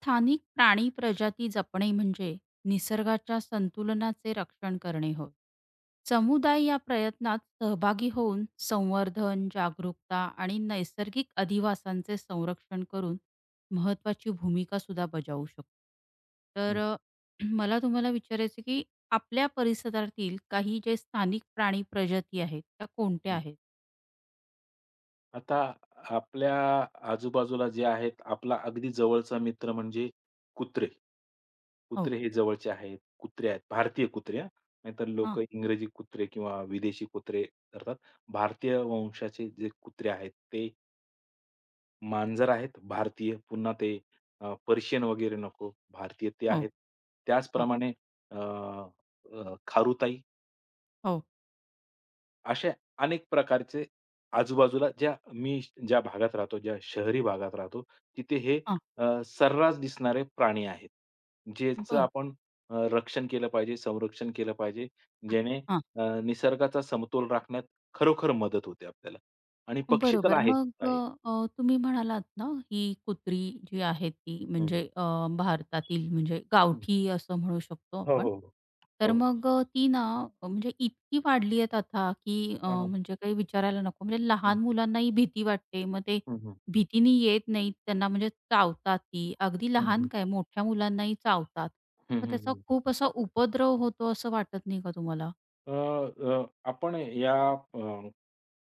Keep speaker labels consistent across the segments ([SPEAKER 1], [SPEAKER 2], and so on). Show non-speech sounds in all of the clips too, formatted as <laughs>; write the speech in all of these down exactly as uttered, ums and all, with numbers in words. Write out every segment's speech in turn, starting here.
[SPEAKER 1] स्थानिक प्राणी प्रजाती जपणे म्हणजे निसर्गाच्या संतुलनाचे रक्षण करणे होय. समुदाय या प्रयत्नात सहभागी होऊन संवर्धन, जागरूकता आणि नैसर्गिक अधिवासांचे संरक्षण करून महत्वाची भूमिका सुद्धा बजावू शकतो. तर
[SPEAKER 2] हं,
[SPEAKER 1] अ, मला तुम्हाला विचारायचं की आपल्या परिसरातील काही जे स्थानिक प्राणी प्रजाती आहेत त्या कोणत्या
[SPEAKER 2] हं.
[SPEAKER 1] आहेत?
[SPEAKER 2] आता आपल्या आजूबाजूला जे आहेत, आपला अगदी जवळचा मित्र म्हणजे कुत्रे.
[SPEAKER 1] हो.
[SPEAKER 2] कुत्रे हे जवळचे आहेत. कुत्रे आहेत, भारतीय कुत्रे हां. नाहीतर
[SPEAKER 1] हां.
[SPEAKER 2] लोकं इंग्रजी कुत्रे किंवा विदेशी कुत्रे करतात. भारतीय वंशाचे जे कुत्रे आहेत, ते मांजर आहेत भारतीय. पुन्हा ते अ, पर्शियन वगैरे नको, भारतीय ते
[SPEAKER 1] हो.
[SPEAKER 2] आहेत.
[SPEAKER 1] हां.
[SPEAKER 2] त्याचप्रमाणे अ, अ, खारुताई
[SPEAKER 1] हो.
[SPEAKER 2] असे अनेक प्रकारचे आजूबाजूला ज्या मी ज्या भागात राहतो, ज्या शहरी भागात राहतो, तिथे हे
[SPEAKER 1] हां.
[SPEAKER 2] अ, सर्रास दिसणारे प्राणी आहेत. ज्याचं
[SPEAKER 1] बरं.
[SPEAKER 2] आपण अ, रक्षण केलं पाहिजे, संरक्षण केलं पाहिजे. ज्याने अ, निसर्गाचा समतोल राखण्यात खरोखर मदत होते आपल्याला. आणि पक्षी तर
[SPEAKER 1] बरोबर.
[SPEAKER 2] आहेच
[SPEAKER 1] मग
[SPEAKER 2] आहे.
[SPEAKER 1] अ, तुम्ही म्हणालात ना, ही कुत्री जी आहे ती
[SPEAKER 2] हं,
[SPEAKER 1] म्हणजे अ, भारतातील म्हणजे
[SPEAKER 2] हं.
[SPEAKER 1] गावठी असं म्हणू शकतो
[SPEAKER 2] हो,
[SPEAKER 1] आपण.
[SPEAKER 2] हो, हो.
[SPEAKER 1] तर
[SPEAKER 2] हो.
[SPEAKER 1] मग अ, ती ना अ, म्हणजे इतकी वाढली आहेत आता, की अ,
[SPEAKER 2] हां, हां.
[SPEAKER 1] म्हणजे काही विचारायला नको. म्हणजे
[SPEAKER 2] हं,
[SPEAKER 1] लहान मुलांनाही भीती वाटते. मग ते
[SPEAKER 2] हं, हं.
[SPEAKER 1] भीतीने येत नाहीत. त्यांना म्हणजे चावतात ती. अगदी
[SPEAKER 2] हं,
[SPEAKER 1] लहान
[SPEAKER 2] हं.
[SPEAKER 1] काय मोठ्या मुलांनाही चावतात. मग त्याचा
[SPEAKER 2] हं,
[SPEAKER 1] खूप असा उपद्रव होतो असं वाटत नाही का तुम्हाला?
[SPEAKER 2] अ, अ, आपण या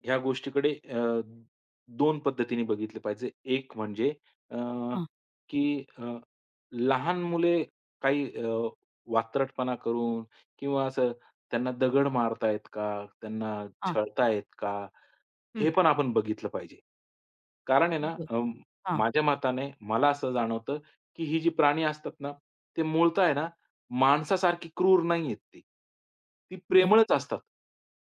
[SPEAKER 2] ह्या गोष्टीकडे अ, दोन पद्धतीने बघितलं पाहिजे. एक म्हणजे अ,
[SPEAKER 1] हां,
[SPEAKER 2] की अ, लहान मुले काही अ, वात्रटपणा करून किंवा असं त्यांना दगड मारतायत का? त्यांना
[SPEAKER 1] हां.
[SPEAKER 2] छळतायत का?
[SPEAKER 1] हं.
[SPEAKER 2] हे पण आपण बघितलं पाहिजे. कारण आहे ना.
[SPEAKER 1] बरं.
[SPEAKER 2] अ,
[SPEAKER 1] हां.
[SPEAKER 2] माझ्या मताने मला असं जाणवतं, की ही जी प्राणी असतात ना, ते मूळतः आहे ना, माणसासारखी क्रूर नाहीयेत ती. ती
[SPEAKER 1] बरं.
[SPEAKER 2] प्रेमळच असतात.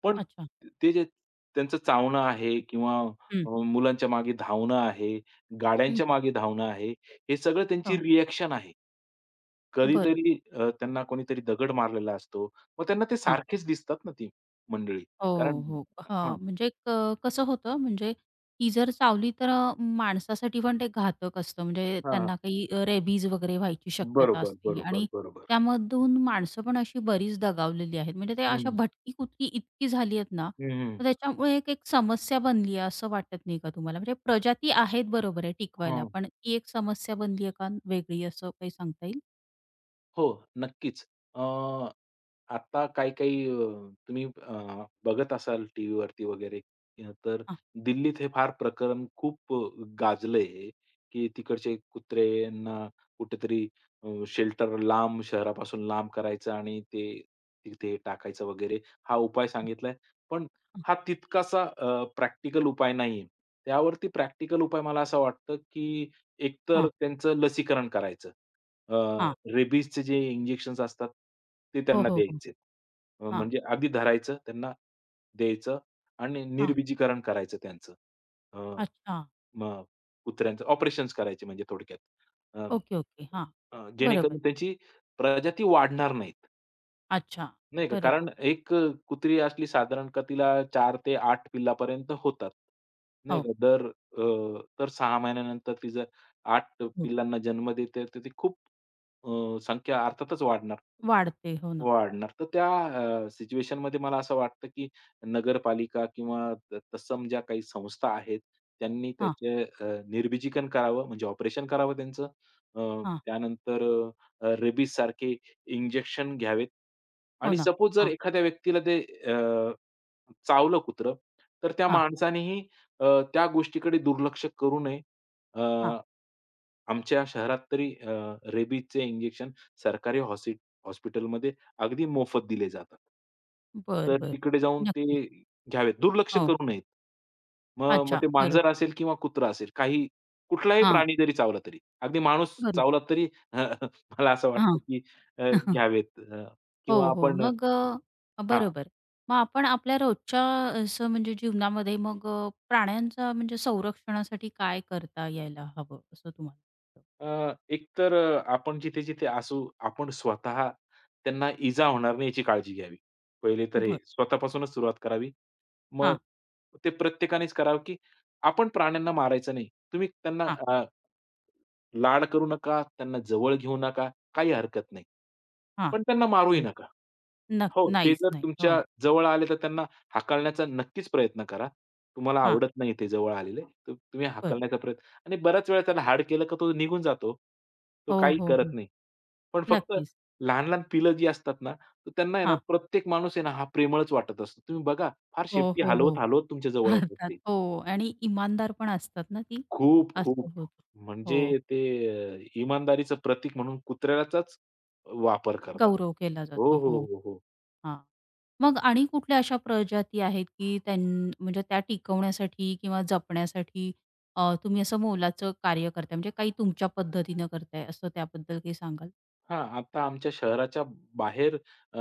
[SPEAKER 2] पण
[SPEAKER 1] अच्छा.
[SPEAKER 2] ते जे त्यांचं चावणं आहे किंवा
[SPEAKER 1] हं.
[SPEAKER 2] अ, मुलांच्या मागे धावणं आहे,
[SPEAKER 1] हं.
[SPEAKER 2] गाड्यांच्या मागे धावणं आहे, हे सगळं त्यांची
[SPEAKER 1] हो.
[SPEAKER 2] रिएक्शन आहे.
[SPEAKER 1] बरं.
[SPEAKER 2] कधीतरी अ, त्यांना कोणीतरी दगड मारलेला असतो. मग त्यांना ते
[SPEAKER 1] हां.
[SPEAKER 2] सारखेच दिसतात ना ती मंडळी. कारण
[SPEAKER 1] हो, हो.
[SPEAKER 2] हां.
[SPEAKER 1] हां, म्हणजे क कसं होतं म्हणजे ती जर चावली तर अ, माणसासाठी पण ते घातक असतं. म्हणजे त्यांना काही रेबीज वगैरे व्हायची शक्यता
[SPEAKER 2] बरोबर,
[SPEAKER 1] असते
[SPEAKER 2] बरोबर,
[SPEAKER 1] आणि
[SPEAKER 2] बरोबर.
[SPEAKER 1] त्यामधून माणसं पण अशी बरीच दगावलेली आहेत. म्हणजे ते अशा
[SPEAKER 2] हं.
[SPEAKER 1] भटकी-कुटकी इतकी झाली आहेत ना,
[SPEAKER 2] हं, हं.
[SPEAKER 1] तर त्याच्यामुळे एक एक समस्या बनली आहे असं वाटत नाही का तुम्हाला? म्हणजे प्रजाती आहेत बरोबर आहे टिकवायला,
[SPEAKER 2] हां.
[SPEAKER 1] पण ती एक समस्या बनली आहे का वेगळी असं काही सांगता येईल?
[SPEAKER 2] हो, नक्कीच. अ, आता काही-काही अ, तुम्ही अ, बघत असाल टीव्हीवरती वगैरे, अं, तर
[SPEAKER 1] हां.
[SPEAKER 2] दिल्लीत हे फार प्रकरण खूप अ, गाजलंय, की तिकडचे कुत्र्यांना कुठेतरी अ, शेल्टर लांब शहरापासून लांब करायचं आणि ते तिथे टाकायचं वगैरे हा उपाय
[SPEAKER 1] हं,
[SPEAKER 2] सांगितलाय. पण हा तितकासा प्रॅक्टिकल उपाय नाहीये. त्यावरती प्रॅक्टिकल उपाय मला असा वाटतं, की एकतर
[SPEAKER 1] हां,
[SPEAKER 2] त्यांचं लसीकरण करायचं. अ,
[SPEAKER 1] हां.
[SPEAKER 2] रेबीजचे जे इंजेक्शन्स असतात, ते
[SPEAKER 1] हो,
[SPEAKER 2] त्यांना
[SPEAKER 1] हो, हो.
[SPEAKER 2] द्यायचे. अ,
[SPEAKER 1] हां,
[SPEAKER 2] म्हणजे अगदी धरायचं, त्यांना द्यायचं आणि
[SPEAKER 1] हां.
[SPEAKER 2] निर्बीजीकरण करायचं त्यांचं. अ,
[SPEAKER 1] अच्छा.
[SPEAKER 2] मग कुत्र्यांचं ऑपरेशन्स करायचे म्हणजे थोडक्यात. अ,
[SPEAKER 1] ओके, ओके. हां.
[SPEAKER 2] अ, जेणेकरून
[SPEAKER 1] बरोबर.
[SPEAKER 2] त्यांची प्रजाती वाढणार नाहीत.
[SPEAKER 1] अच्छा.
[SPEAKER 2] नाही का,
[SPEAKER 1] बरोबर.
[SPEAKER 2] कारण एक कुत्री असली साधारण का तिला चार ते आठ पिल्लापर्यंत होतात. नाही
[SPEAKER 1] हो,
[SPEAKER 2] का, दर अ, तर सहा महिन्यानंतर ती जर आठ
[SPEAKER 1] हो.
[SPEAKER 2] पिल्लांना जन्म देते, तर ती खूप अ, संख्या अर्थातच वाढणार.
[SPEAKER 1] वाढते. हो ना.
[SPEAKER 2] वाढणार. तर त्या अ, सिच्युएशनमध्ये मला असं वाटतं, की नगरपालिका किंवा त तत्सम ज्या काही संस्था आहेत, त्यांनी
[SPEAKER 1] हां,
[SPEAKER 2] त्याचे अ, निर्बीजीकरण करावं, म्हणजे ऑपरेशन करावं त्यांचं. अ,
[SPEAKER 1] हां.
[SPEAKER 2] त्यानंतर अ, रेबीजसारखे इंजेक्शन घ्यावेत
[SPEAKER 1] हो
[SPEAKER 2] आणि
[SPEAKER 1] ना.
[SPEAKER 2] सपोज जर
[SPEAKER 1] हां,
[SPEAKER 2] एखाद्या व्यक्तीला ते अ, चावलं कुत्रं, तर त्या
[SPEAKER 1] हां,
[SPEAKER 2] माणसानेही अ, त्या गोष्टीकडे दुर्लक्ष करू नये. अ,
[SPEAKER 1] हां.
[SPEAKER 2] आमच्या शहरात तरी अ, रेबीजचे इंजेक्शन सरकारी हॉसी हॉस्पिटलमध्ये अगदी मोफत दिले जातात.
[SPEAKER 1] बरं,
[SPEAKER 2] तर
[SPEAKER 1] बरं.
[SPEAKER 2] तिकडे जाऊन ते
[SPEAKER 1] नक्कीच.
[SPEAKER 2] घ्यावेत. दुर्लक्ष
[SPEAKER 1] हो.
[SPEAKER 2] करू नयेत. मग मग
[SPEAKER 1] अच्छा.
[SPEAKER 2] ते मांजर
[SPEAKER 1] बरोबर.
[SPEAKER 2] असेल किंवा कुत्रा असेल, काही कुठलाही
[SPEAKER 1] हां.
[SPEAKER 2] प्राणी जरी चावला तरी, अगदी माणूस
[SPEAKER 1] बरोबर.
[SPEAKER 2] चावला तरी <laughs> मला असं
[SPEAKER 1] हां.
[SPEAKER 2] वाटतं, की अ,
[SPEAKER 1] <laughs>
[SPEAKER 2] घ्यावेत अ,
[SPEAKER 1] हो,
[SPEAKER 2] किंवा
[SPEAKER 1] हो.
[SPEAKER 2] आपण
[SPEAKER 1] मग अ,
[SPEAKER 2] हां.
[SPEAKER 1] बरोबर. मग आपण आपल्या रोजच्या असं म्हणजे जीवनामध्ये मग अ, प्राण्यांचा म्हणजे संरक्षणासाठी काय करता यायला हवं असं तुम्हाला वाटतं?
[SPEAKER 2] अ, एक तर अ, आपण जिथे-जिथे असू, आपण स्वतः त्यांना इजा होणार नाही याची काळजी घ्यावी. पहिले तर हे
[SPEAKER 1] बरं.
[SPEAKER 2] स्वतःपासूनच सुरुवात करावी. मग
[SPEAKER 1] हां,
[SPEAKER 2] ते प्रत्येकानेच करावं, की आपण प्राण्यांना मारायचं नाही. तुम्ही त्यांना
[SPEAKER 1] हां,
[SPEAKER 2] लाड करू नका, त्यांना जवळ घेऊ नका, काही हरकत नाही.
[SPEAKER 1] हां.
[SPEAKER 2] पण त्यांना मारूही
[SPEAKER 1] बरोबर.
[SPEAKER 2] नका.
[SPEAKER 1] नक्क
[SPEAKER 2] हो, ते
[SPEAKER 1] नाहीच
[SPEAKER 2] जर
[SPEAKER 1] नाही. हो.
[SPEAKER 2] तुमच्या जवळ आले, तर त्यांना हाकलण्याचा नक्कीच प्रयत्न करा. तुम्हाला
[SPEAKER 1] हां.
[SPEAKER 2] आवडत नाही ते जवळ आलेले, तर तुम्ही
[SPEAKER 1] बरं.
[SPEAKER 2] हाकलण्याचा प्रयत्न आणि बऱ्याच वेळा त्याला हाड केलं का तो निघून जातो. तो
[SPEAKER 1] हो,
[SPEAKER 2] काही
[SPEAKER 1] हो,
[SPEAKER 2] करत
[SPEAKER 1] हो.
[SPEAKER 2] नाही. पण फक्त
[SPEAKER 1] नक्कीच.
[SPEAKER 2] लहान-लहान पिलं जी असतात ना, तर त्यांना आहे ना,
[SPEAKER 1] हां.
[SPEAKER 2] प्रत्येक माणूस आहे ना, हा प्रेमळच वाटत असतो. तुम्ही बघा, फार
[SPEAKER 1] हो,
[SPEAKER 2] शेपटी
[SPEAKER 1] हो, हो.
[SPEAKER 2] हलवत-हलवत तुमच्या जवळ येतात
[SPEAKER 1] हातात.
[SPEAKER 2] ते.
[SPEAKER 1] हो आणि इमानदार पण असतात ना ती.
[SPEAKER 2] खूप, खूप.
[SPEAKER 1] असं होतं.
[SPEAKER 2] म्हणजे
[SPEAKER 1] हो.
[SPEAKER 2] ते अ, इमानदारीचं प्रतीक म्हणून कुत्र्याचाच वापर करतात.
[SPEAKER 1] गौरव केला
[SPEAKER 2] हो,
[SPEAKER 1] जातो.
[SPEAKER 2] हो,
[SPEAKER 1] हो.
[SPEAKER 2] हो, हो.
[SPEAKER 1] हां. मग आणि कुठल्या अशा प्रजाती आहेत, की त्यां म्हणजे त्या टिकवण्यासाठी किंवा जपण्यासाठी अ, तुम्ही असं मोलाचं कार्य करताय? म्हणजे काही तुमच्या पद्धतीनं करताय असं त्याबद्दल काही सांगाल?
[SPEAKER 2] हां, आता आमच्या शहराच्या बाहेर अ,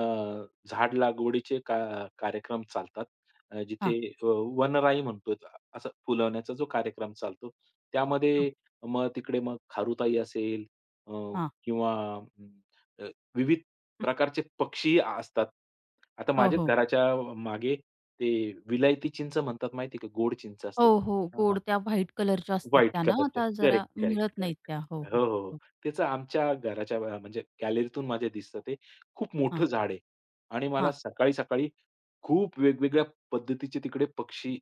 [SPEAKER 2] झाड लागवडीचे का कार्यक्रम चालतात. अ, जिथे
[SPEAKER 1] हां,
[SPEAKER 2] अ, वनराई म्हणतो असं फुलवण्याचा जो कार्यक्रम चालतो.
[SPEAKER 1] हां,
[SPEAKER 2] त्यामध्ये मग तिकडे मग खारुताई असेल अ,
[SPEAKER 1] हां.
[SPEAKER 2] किंवा म, अ, विविध प्रकारचे पक्षी असतात. आता
[SPEAKER 1] हो,
[SPEAKER 2] माझ्याच
[SPEAKER 1] हो.
[SPEAKER 2] घराच्या मागे ते विलायती चिंच म्हणतात माहिती का? गोड चिंच
[SPEAKER 1] हो,
[SPEAKER 2] असते.
[SPEAKER 1] हो.
[SPEAKER 2] हां, हां.
[SPEAKER 1] गोड त्या व्हाईट कलरच्या असतात
[SPEAKER 2] व्हाईट
[SPEAKER 1] त्या ना
[SPEAKER 2] कलरचे.
[SPEAKER 1] आता जरा
[SPEAKER 2] करेक्ट, करेक्ट,
[SPEAKER 1] मिळत नाहीत
[SPEAKER 2] करेक्ट.
[SPEAKER 1] त्या. हो, हो,
[SPEAKER 2] हो, हो, हो.
[SPEAKER 1] हो.
[SPEAKER 2] त्याचं आमच्या घराच्या अ, म्हणजे गॅलरीतून माझ्या दिसतं ते. खूप
[SPEAKER 1] हां,
[SPEAKER 2] मोठं झाड आहे आणि मला
[SPEAKER 1] हां,
[SPEAKER 2] सकाळी-सकाळी खूप वेगवेगळ्या पद्धतीचे तिकडे पक्षी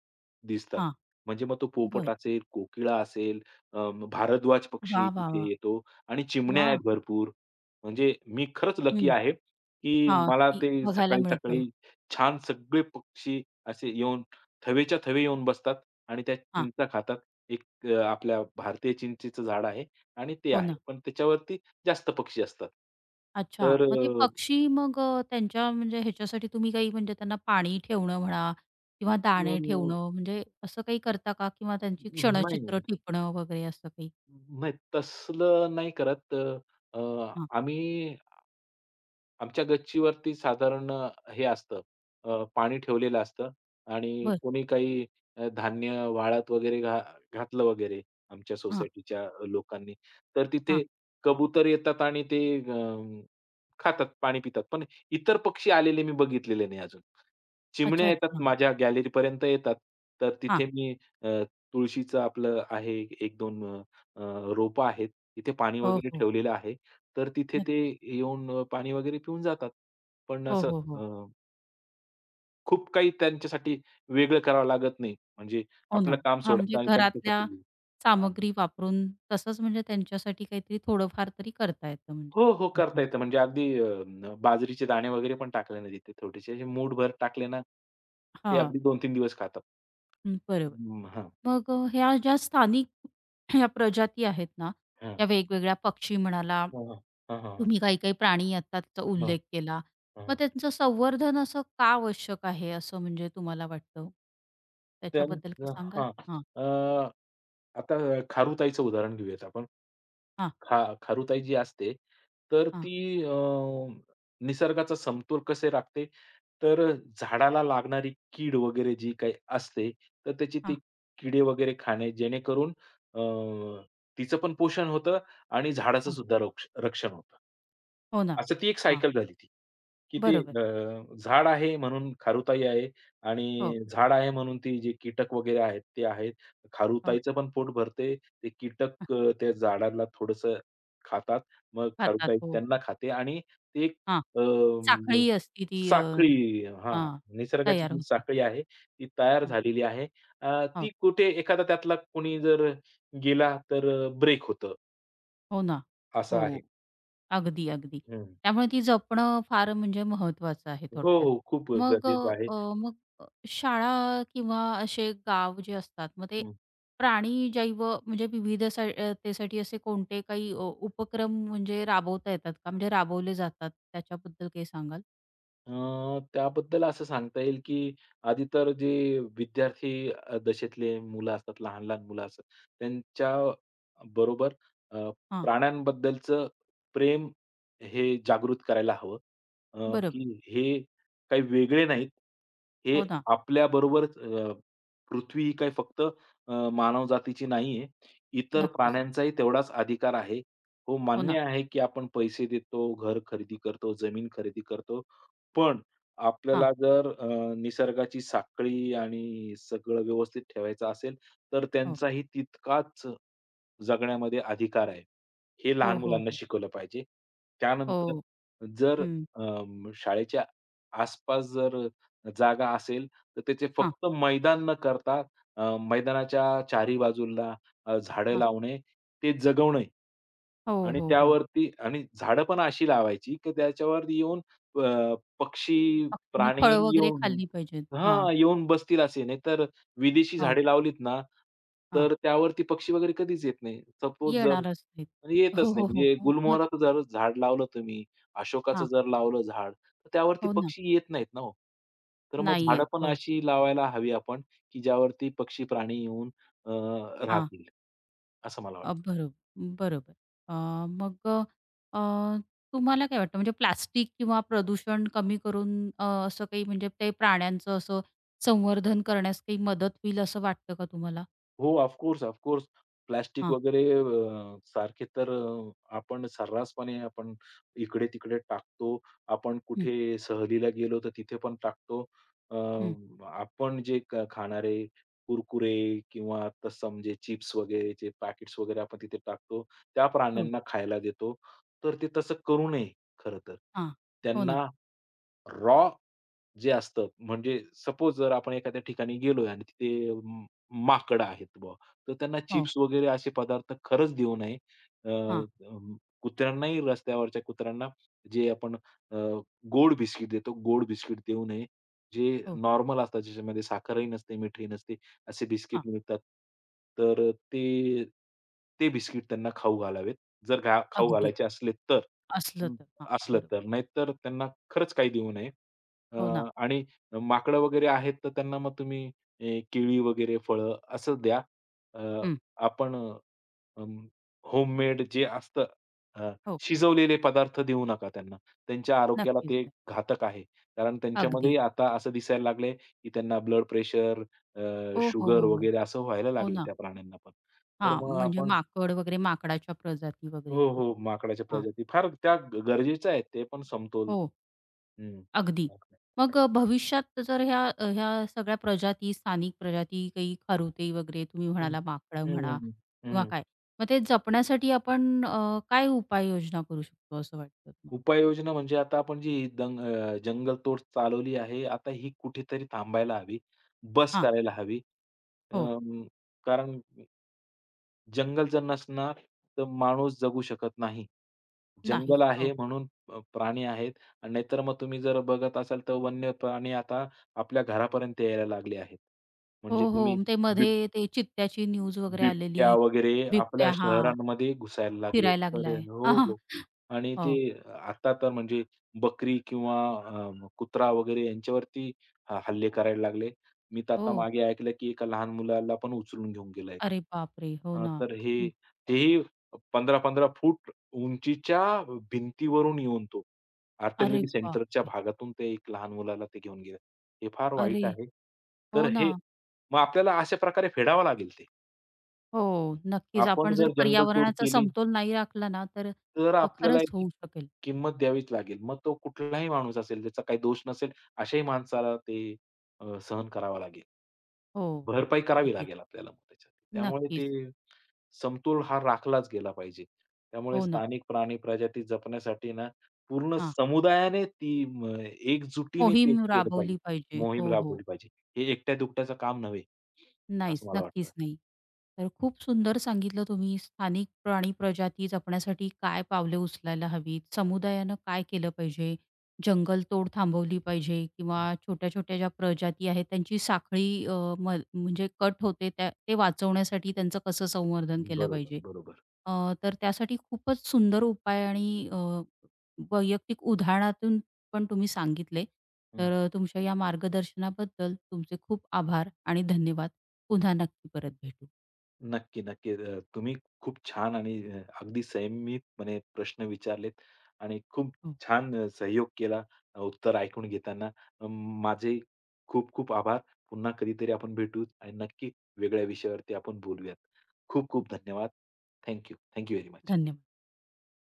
[SPEAKER 2] दिसतात.
[SPEAKER 1] हां.
[SPEAKER 2] म्हणजे मग तो पोपट
[SPEAKER 1] बरं.
[SPEAKER 2] असेल, कोकिळा असेल, अ, भारद्वाज पक्षी
[SPEAKER 1] वाह, वाह,
[SPEAKER 2] तिथे
[SPEAKER 1] वाह!
[SPEAKER 2] येतो आणि चिमण्या
[SPEAKER 1] वाह!
[SPEAKER 2] आहेत भरपूर. म्हणजे मी खरंच लकी आहे, की
[SPEAKER 1] हां,
[SPEAKER 2] मला
[SPEAKER 1] की
[SPEAKER 2] ते
[SPEAKER 1] बघायला मिळतं.
[SPEAKER 2] सकाळी-सकाळी छान सगळे पक्षी असे येऊन थवेच्या थवे येऊन बसतात आणि त्या
[SPEAKER 1] हां,
[SPEAKER 2] चिंचा खातात. एक अ, आपल्या भारतीय चिंचेचं झाड आहे आणि ते
[SPEAKER 1] हो
[SPEAKER 2] आहे.
[SPEAKER 1] ना.
[SPEAKER 2] पण त्याच्यावरती जास्त पक्षी असतात.
[SPEAKER 1] अच्छा,
[SPEAKER 2] तर
[SPEAKER 1] मग ते
[SPEAKER 2] अ,
[SPEAKER 1] पक्षी मग अ, त्यांच्या म्हणजे ह्याच्यासाठी तुम्ही काही म्हणजे त्यांना पाणी ठेवणं म्हणा किंवा दाणे
[SPEAKER 2] अ,
[SPEAKER 1] ठेवणं म्हणजे असं काही करता का? किंवा त्यांची
[SPEAKER 2] नाही.
[SPEAKER 1] क्षणचित्र टिपणं वगैरे असं काही?
[SPEAKER 2] नाही तसलं नाही करत. अ, अ,
[SPEAKER 1] हां,
[SPEAKER 2] आम्ही आमच्या गच्चीवरती साधारण हे असतं अ, पाणी ठेवलेलं असतं आणि
[SPEAKER 1] बरं.
[SPEAKER 2] कोणी काही अ, धान्य वाळत वगैरे घा घातलं वगैरे आमच्या
[SPEAKER 1] हां,
[SPEAKER 2] सोसायटीच्या लोकांनी, तर
[SPEAKER 1] हां.
[SPEAKER 2] तिथे कबूतर येतात आणि ते अ, खातात, पाणी पितात. पण इतर पक्षी आलेले मी बघितलेले नाही अजून. चिमण्या
[SPEAKER 1] अच्छा,
[SPEAKER 2] येतात
[SPEAKER 1] अच्छा.
[SPEAKER 2] माझ्या गॅलरीपर्यंत येतात. तर तिथे
[SPEAKER 1] हां.
[SPEAKER 2] मी अ, तुळशीचं आपलं आहे एक दोन अ, अ, रोपं आहेत. तिथे पाणी
[SPEAKER 1] हो,
[SPEAKER 2] वगैरे
[SPEAKER 1] हो.
[SPEAKER 2] ठेवलेलं आहे. तर तिथे ते
[SPEAKER 1] नक्कीच.
[SPEAKER 2] येऊन अ, पाणी वगैरे पिऊन जातात. पण
[SPEAKER 1] हो,
[SPEAKER 2] असं
[SPEAKER 1] हो, हो.
[SPEAKER 2] अ, खूप काही त्यांच्यासाठी वेगळं करावं लागत नाही. म्हणजे
[SPEAKER 1] हो ना.
[SPEAKER 2] आपलं काम
[SPEAKER 1] हां, म्हणजे
[SPEAKER 2] सोडायचं आणि
[SPEAKER 1] घरातल्या
[SPEAKER 2] त्यांच्यासाठी हां.
[SPEAKER 1] सामग्री वापरून तसंच म्हणजे त्यांच्यासाठी काहीतरी थोडंफार तरी करता येतं म्हणजे.
[SPEAKER 2] हो, हो. करता
[SPEAKER 1] हां,
[SPEAKER 2] येतं. म्हणजे अगदी अ, न बाजरीचे दाणे वगैरे पण टाकले ना तिथे थोडेसे असे मूठभर टाकले ना, ते
[SPEAKER 1] हां.
[SPEAKER 2] अगदी दोन तीन दिवस खातात.
[SPEAKER 1] हं, बरोबर.
[SPEAKER 2] हं,
[SPEAKER 1] मग अ, ह्या ज्या स्थानिक ह्या प्रजाती आहेत ना,
[SPEAKER 2] हां.
[SPEAKER 1] त्या वेगवेगळ्या पक्षी म्हणाला,
[SPEAKER 2] हां, हां. हां, हां, हां.
[SPEAKER 1] तुम्ही काही-काही प्राणी आत्ताचा
[SPEAKER 2] हां,
[SPEAKER 1] उल्लेख केला. मग त्यांचं संवर्धन असं का आवश्यक आहे, असं म्हणजे तुम्हाला वाटतं? त्याच्याबद्दल काही
[SPEAKER 2] त्यांचं
[SPEAKER 1] सांगाल?
[SPEAKER 2] हां.
[SPEAKER 1] हां,
[SPEAKER 2] अ, आता खारुताईचं उदाहरण घेऊयात आपण.
[SPEAKER 1] हां,
[SPEAKER 2] खा खारुताई जी असते, तर
[SPEAKER 1] हां,
[SPEAKER 2] ती अ, निसर्गाचा समतोल कसे राखते, तर झाडाला लागणारी कीड वगैरे जी काही असते, तर त्याची
[SPEAKER 1] हां,
[SPEAKER 2] ती किडे वगैरे खाणे जेणेकरून अ, तिचं पण पोषण होतं आणि झाडाचं
[SPEAKER 1] हां.
[SPEAKER 2] सुद्धा रक्ष रक्षण होतं.
[SPEAKER 1] हो ना.
[SPEAKER 2] असं ती एक
[SPEAKER 1] हां,
[SPEAKER 2] सायकल झाली ती, की ते
[SPEAKER 1] बरोबर.
[SPEAKER 2] अ, झाड आहे म्हणून खारुताई आहे.
[SPEAKER 1] हो,
[SPEAKER 2] आणि झाड आहे म्हणून ती जी कीटक वगैरे आहेत ते आहेत.
[SPEAKER 1] हो.
[SPEAKER 2] खारुताईचं पण पोट भरते. ते
[SPEAKER 1] <laughs> हं,
[SPEAKER 2] कीटक अ, त्या झाडाला थोडंसं खातात. मग
[SPEAKER 1] खातात.
[SPEAKER 2] खारुताई
[SPEAKER 1] हो.
[SPEAKER 2] त्यांना खाते आणि ते एक
[SPEAKER 1] हां,
[SPEAKER 2] अ,
[SPEAKER 1] साखळी असती ती अ,
[SPEAKER 2] साखळी हां,
[SPEAKER 1] हां,
[SPEAKER 2] निसर्गाची
[SPEAKER 1] तयार
[SPEAKER 2] जी
[SPEAKER 1] होते.
[SPEAKER 2] साखळी आहे ती तयार
[SPEAKER 1] हां,
[SPEAKER 2] झालेली आहे. अ,
[SPEAKER 1] हो,
[SPEAKER 2] ती कुठे एखादा त्यातला कोणी जर गेला तर अ, ब्रेक होतं,
[SPEAKER 1] हो ना.
[SPEAKER 2] असं
[SPEAKER 1] हो.
[SPEAKER 2] आहे.
[SPEAKER 1] अगदी, अगदी.
[SPEAKER 2] हं.
[SPEAKER 1] त्यामुळे ती जपणं फार म्हणजे महत्त्वाचं आहे
[SPEAKER 2] हो,
[SPEAKER 1] थोडक्यात.
[SPEAKER 2] हो. खूप
[SPEAKER 1] मग
[SPEAKER 2] गरजेचं आहे.
[SPEAKER 1] अ, मग अ, शाळा किंवा असे गाव जे असतात, मग ते प्राणी जैव म्हणजे विविध सा अ, असे कोणते काही अ, उपक्रम म्हणजे राबवता येतात का? म्हणजे राबवले जातात त्याच्याबद्दल काही सांगाल?
[SPEAKER 2] अ, त्याबद्दल असं सांगता येईल, की आधी तर जे विद्यार्थी अ, दशेतले मुलं असतात, लहान-लहान मुलं असतात, त्यांच्या बरोबर अ,
[SPEAKER 1] हां,
[SPEAKER 2] प्राण्यांबद्दलचं प्रेम हे जागृत करायला हवं. अ,
[SPEAKER 1] बरोबर.
[SPEAKER 2] की हे काही वेगळे नाहीत. हे
[SPEAKER 1] हो ना.
[SPEAKER 2] आपल्याबरोबरच अ, पृथ्वी ही काही फक्त अ, मानवजातीची नाहीये. इतर
[SPEAKER 1] नक्कीच.
[SPEAKER 2] प्राण्यांचाही तेवढाच अधिकार आहे. हो,
[SPEAKER 1] हो ना.
[SPEAKER 2] मान्य आहे, की आपण पैसे देतो, घर खरेदी करतो, जमीन खरेदी करतो. पण
[SPEAKER 1] हां.
[SPEAKER 2] आपल्याला जर अ, निसर्गाची साखळी आणि सगळं व्यवस्थित ठेवायचं असेल, तर
[SPEAKER 1] हो.
[SPEAKER 2] त्यांचाही तितकाच जगण्यामध्ये अधिकार आहे. हे
[SPEAKER 1] हो,
[SPEAKER 2] लहान
[SPEAKER 1] हो,
[SPEAKER 2] मुलांना
[SPEAKER 1] हो.
[SPEAKER 2] शिकवलं पाहिजे. त्यानंतर
[SPEAKER 1] हो.
[SPEAKER 2] जर
[SPEAKER 1] हं.
[SPEAKER 2] अं, शाळेच्या आसपास जर जागा असेल, तर त्याचे
[SPEAKER 1] हां,
[SPEAKER 2] फक्त मैदान न करता अ, मैदानाच्या चारी बाजूला अ, झाडं
[SPEAKER 1] हां.
[SPEAKER 2] लावणे, ते जगवणे
[SPEAKER 1] हो,
[SPEAKER 2] आणि
[SPEAKER 1] हो, हो.
[SPEAKER 2] त्यावरती आणि झाडं पण अशी लावायची, की त्याच्यावर येऊन अ, पक्षी,
[SPEAKER 1] पक्ष्यांनी
[SPEAKER 2] प्राणी
[SPEAKER 1] फळं वगैरे
[SPEAKER 2] येऊन
[SPEAKER 1] खाल्ली पाहिजेत. हां.
[SPEAKER 2] हां, येऊन बसतील असे. नाहीतर विदेशी
[SPEAKER 1] हो,
[SPEAKER 2] झाडे लावलीत ना,
[SPEAKER 1] हां.
[SPEAKER 2] तर त्यावरती पक्षी वगैरे कधीच येत नाही. सपोज जर
[SPEAKER 1] येणारच नाहीत.
[SPEAKER 2] म्हणजे येतच
[SPEAKER 1] हो,
[SPEAKER 2] नाही.
[SPEAKER 1] हो, हो,
[SPEAKER 2] म्हणजे
[SPEAKER 1] हो. मग
[SPEAKER 2] गुलमोहराचं जर झाड लावलं तुम्ही, अशोकाचं
[SPEAKER 1] हां,
[SPEAKER 2] जर लावलं झाड, तर त्यावरती
[SPEAKER 1] हो ना.
[SPEAKER 2] पक्षी येत नाहीत ना हो. तर मग
[SPEAKER 1] नाही
[SPEAKER 2] झाडं
[SPEAKER 1] येत.
[SPEAKER 2] पण
[SPEAKER 1] हो.
[SPEAKER 2] अशी लावायला हवी आपण, की ज्यावरती पक्षी, प्राणी येऊन अ,
[SPEAKER 1] हां.
[SPEAKER 2] राहतील असं मला वाटतं.
[SPEAKER 1] अ, बरोबर, बरोबर. अ, मग अ, तुम्हाला काय वाटतं म्हणजे प्लास्टिक किंवा प्रदूषण कमी करून अ, असं काही म्हणजे ते प्राण्यांचं असं संवर्धन करण्यास काही मदत होईल असं वाटतं का तुम्हाला?
[SPEAKER 2] हो, of course, of course. Plastic
[SPEAKER 1] हां.
[SPEAKER 2] वगैरे अ, सारखे तर अ, आपण सर्रासपणे आपण इकडे-तिकडे टाकतो. आपण
[SPEAKER 1] हं,
[SPEAKER 2] कुठे सहलीला गेलो तर तिथे पण टाकतो. अ,
[SPEAKER 1] हं.
[SPEAKER 2] आपण जे ख खाणारे कुरकुरे किंवा आता समजे चिप्स वगैरेचे पॅकेट्स वगैरे आपण तिथे टाकतो. त्या
[SPEAKER 1] हो.
[SPEAKER 2] प्राण्यांना खायला देतो. तर ते तसं करू नये खरं तर.
[SPEAKER 1] हां. हो ना.
[SPEAKER 2] त्यांना रॉ जे असतं म्हणजे सपोज जर आपण एखाद्या ठिकाणी गेलोय आणि तिथे म माकडं आहेत बुवा, तर त्यांना
[SPEAKER 1] हो.
[SPEAKER 2] चिप्स वगैरे असे पदार्थ खरंच देऊ नये. अ,
[SPEAKER 1] हां.
[SPEAKER 2] अं, कुत्र्यांनाही रस्त्यावरच्या कुत्र्यांना जे आपण अ, गोड बिस्किट देतो, गोड बिस्किट देऊ नये. जे
[SPEAKER 1] हो.
[SPEAKER 2] नॉर्मल असतात ज्याच्यामध्ये साखरही नसते, मीठही नसते असे
[SPEAKER 1] हां.
[SPEAKER 2] बिस्किट मिळतात. तर ते ते बिस्किट त्यांना खाऊ घालावेत. जर घा खाऊ
[SPEAKER 1] अगदी.
[SPEAKER 2] घालायचे असले तर.
[SPEAKER 1] असलं तर. हां.
[SPEAKER 2] असलं
[SPEAKER 1] बरोबर.
[SPEAKER 2] तर. नाहीतर त्यांना खरंच काही देऊ नये. अ,
[SPEAKER 1] हो ना.
[SPEAKER 2] आणि माकडं वगैरे आहेत, तर त्यांना मग तुम्ही ए, केळी वगैरे फळं असं द्या. अ,
[SPEAKER 1] हं.
[SPEAKER 2] आपण अं, होममेड जे असतं अ,
[SPEAKER 1] हो.
[SPEAKER 2] शिजवलेले पदार्थ देऊ नका त्यांना. त्यांच्या आरोग्याला
[SPEAKER 1] नक्कीच
[SPEAKER 2] ते
[SPEAKER 1] नाही.
[SPEAKER 2] घातक आहे. कारण
[SPEAKER 1] अगदी.
[SPEAKER 2] त्यांच्यामध्ये आता असं दिसायला लागलंय, की त्यांना ब्लड प्रेशर,
[SPEAKER 1] हो, हो,
[SPEAKER 2] शुगर
[SPEAKER 1] हो, हो.
[SPEAKER 2] वगैरे असं व्हायला
[SPEAKER 1] हो
[SPEAKER 2] लागले
[SPEAKER 1] ना.
[SPEAKER 2] त्या प्राण्यांना पण. तर
[SPEAKER 1] हां,
[SPEAKER 2] मग
[SPEAKER 1] म्हणजे
[SPEAKER 2] आपण
[SPEAKER 1] माकड वगैरे माकडाच्या प्रजाती वगैरे
[SPEAKER 2] हो, हो. माकडाच्या
[SPEAKER 1] कुठल्या हां,
[SPEAKER 2] प्रजाती फार त्या गरजेच्या आहेत ते पण समतोल.
[SPEAKER 1] हो,
[SPEAKER 2] हं.
[SPEAKER 1] अगदी. मग अ, भविष्यात जर ह्या अ, ह्या सगळ्या प्रजाती, स्थानिक प्रजाती, काही खारुताई वगैरे तुम्ही
[SPEAKER 2] हं.
[SPEAKER 1] म्हणाला माकडं
[SPEAKER 2] हं,
[SPEAKER 1] म्हणा
[SPEAKER 2] हं, हं.
[SPEAKER 1] किंवा काय, मग ते जपण्यासाठी आपण अ, काय उपाययोजना करू शकतो असं वाटतं तुम्हाला?
[SPEAKER 2] उपाययोजना म्हणजे आता आपण जी दंग अ, जंगलतोड चालवली आहे, आता ही कुठेतरी थांबायला हवी, बस
[SPEAKER 1] हां,
[SPEAKER 2] करायला हवी.
[SPEAKER 1] हो,
[SPEAKER 2] अं, कारण जंगल जर नसणार तर माणूस जगू शकत नाही.
[SPEAKER 1] नाहीच.
[SPEAKER 2] जंगल
[SPEAKER 1] हो,
[SPEAKER 2] आहे म्हणून अ, प्राणी आहेत आणि नाहीतर मग तुम्ही जर बघत असाल तर वन्य प्राणी आता आपल्या घरापर्यंत यायला लागले आहेत.
[SPEAKER 1] हो,
[SPEAKER 2] म्हणजे
[SPEAKER 1] हो.
[SPEAKER 2] तुम्ही
[SPEAKER 1] मग ते मध्ये
[SPEAKER 2] बिब
[SPEAKER 1] ते चित्त्याची न्यूज वगैरे
[SPEAKER 2] बिबट्या
[SPEAKER 1] आलेली,
[SPEAKER 2] वगैरे आपल्या
[SPEAKER 1] बिबट्या हां,
[SPEAKER 2] शहरांमध्ये घुसायला लागले.
[SPEAKER 1] फिरायला
[SPEAKER 2] तर
[SPEAKER 1] लागलाय. <laughs> हा,
[SPEAKER 2] हो,
[SPEAKER 1] हा,
[SPEAKER 2] हो. आणि ते
[SPEAKER 1] हो,
[SPEAKER 2] आता तर म्हणजे बकरी किंवा अ, कुत्रा वगैरे यांच्यावरती ह हल्ले करायला लागले. मी तर
[SPEAKER 1] हो.
[SPEAKER 2] आता मागे ऐकलं, की एका लहान मुलाला पण उचलून घेऊन गेलाय.
[SPEAKER 1] अरे बापरे! हो
[SPEAKER 2] हां,
[SPEAKER 1] ना.
[SPEAKER 2] तर हे
[SPEAKER 1] हं.
[SPEAKER 2] तेही पंधरा पंधरा फूट उंचीच्या भिंतीवरून येऊन तो
[SPEAKER 1] अरे
[SPEAKER 2] आर्टिलरी सेंटरच्या
[SPEAKER 1] बापरे!
[SPEAKER 2] भागातून ते एक लहान मुलाला ते घेऊन गेले. हे फार
[SPEAKER 1] अरे!
[SPEAKER 2] वाईट आहे. तर
[SPEAKER 1] हो ना.
[SPEAKER 2] हे मग आपल्याला अशा प्रकारे फेडावं लागेल ते.
[SPEAKER 1] हो, नक्कीच.
[SPEAKER 2] आपण
[SPEAKER 1] आपण जर
[SPEAKER 2] जर जंगलतोड
[SPEAKER 1] पर्यावरणाचा
[SPEAKER 2] केली,
[SPEAKER 1] समतोल नाही राखला ना, तर
[SPEAKER 2] तर
[SPEAKER 1] अ,
[SPEAKER 2] आपल्याला
[SPEAKER 1] खरंच
[SPEAKER 2] याची
[SPEAKER 1] होऊ शकेल.
[SPEAKER 2] किंमत द्यावीच लागेल. मग तो कुठलाही माणूस असेल, ज्याचा काही दोष नसेल, अशाही माणसाला ते अ, सहन करावं लागेल.
[SPEAKER 1] हो, हो.
[SPEAKER 2] भरपाई करावी
[SPEAKER 1] अगदी.
[SPEAKER 2] लागेल आपल्याला मग त्याच्यात. त्यामुळे ते
[SPEAKER 1] नक्कीच.
[SPEAKER 2] समतोल हा राखलाच गेला पाहिजे. त्यामुळे
[SPEAKER 1] हो ना.
[SPEAKER 2] स्थानिक प्राणी प्रजाती जपण्यासाठी ना, पूर्ण
[SPEAKER 1] हां.
[SPEAKER 2] समुदायाने ती म एकजुटीने ते
[SPEAKER 1] मोहीम
[SPEAKER 2] केलं पाहिजे.
[SPEAKER 1] राबवली पाहिजे.
[SPEAKER 2] मोहीम
[SPEAKER 1] हो, हो.
[SPEAKER 2] राबवली पाहिजे. हे एकट्या-दुकट्याचं काम नव्हे, असं
[SPEAKER 1] नाहीच,
[SPEAKER 2] मला वाटतं.
[SPEAKER 1] नक्कीच नाही. तर खूप सुंदर सांगितलं तुम्ही स्थानिक प्राणी प्रजाती जपण्यासाठी काय पावले उचलायला हवीत, समुदायानं काय केलं पाहिजे, जंगलतोड थांबवली पाहिजे किंवा
[SPEAKER 2] हं.
[SPEAKER 1] छोट्या-छोट्या ज्या प्रजाती आहेत त्यांची साखळी अ, म म्हणजे कट होते त्या ते वाचवण्यासाठी त्यांचं कसं संवर्धन केलं
[SPEAKER 2] बरोबर,
[SPEAKER 1] पाहिजे.
[SPEAKER 2] बरोबर.
[SPEAKER 1] अ, तर त्यासाठी खूपच सुंदर उपाय आणि अ, वैयक्तिक उदाहरणातून पण तुम्ही सांगितले.
[SPEAKER 2] हं.
[SPEAKER 1] तर अ, तुमच्या या मार्गदर्शनाबद्दल तुमचे खूप आभार आणि धन्यवाद. पुन्हा नक्की परत भेटू.
[SPEAKER 2] नक्की, नक्की. अ, तुम्ही खूप छान आणि अ, अगदी संयमितपणे प्रश्न विचारलेत आणि खूप
[SPEAKER 1] हो,
[SPEAKER 2] छान अ, सहयोग केला अ, उत्तर ऐकून घेताना. अ, माझे खूप खूप आभार. पुन्हा कधीतरी आपण भेटूच आणि नक्की वेगळ्या विषयावरती आपण बोलूयात. खूप खूप धन्यवाद. Thank you. Very much.
[SPEAKER 1] धन्यवाद.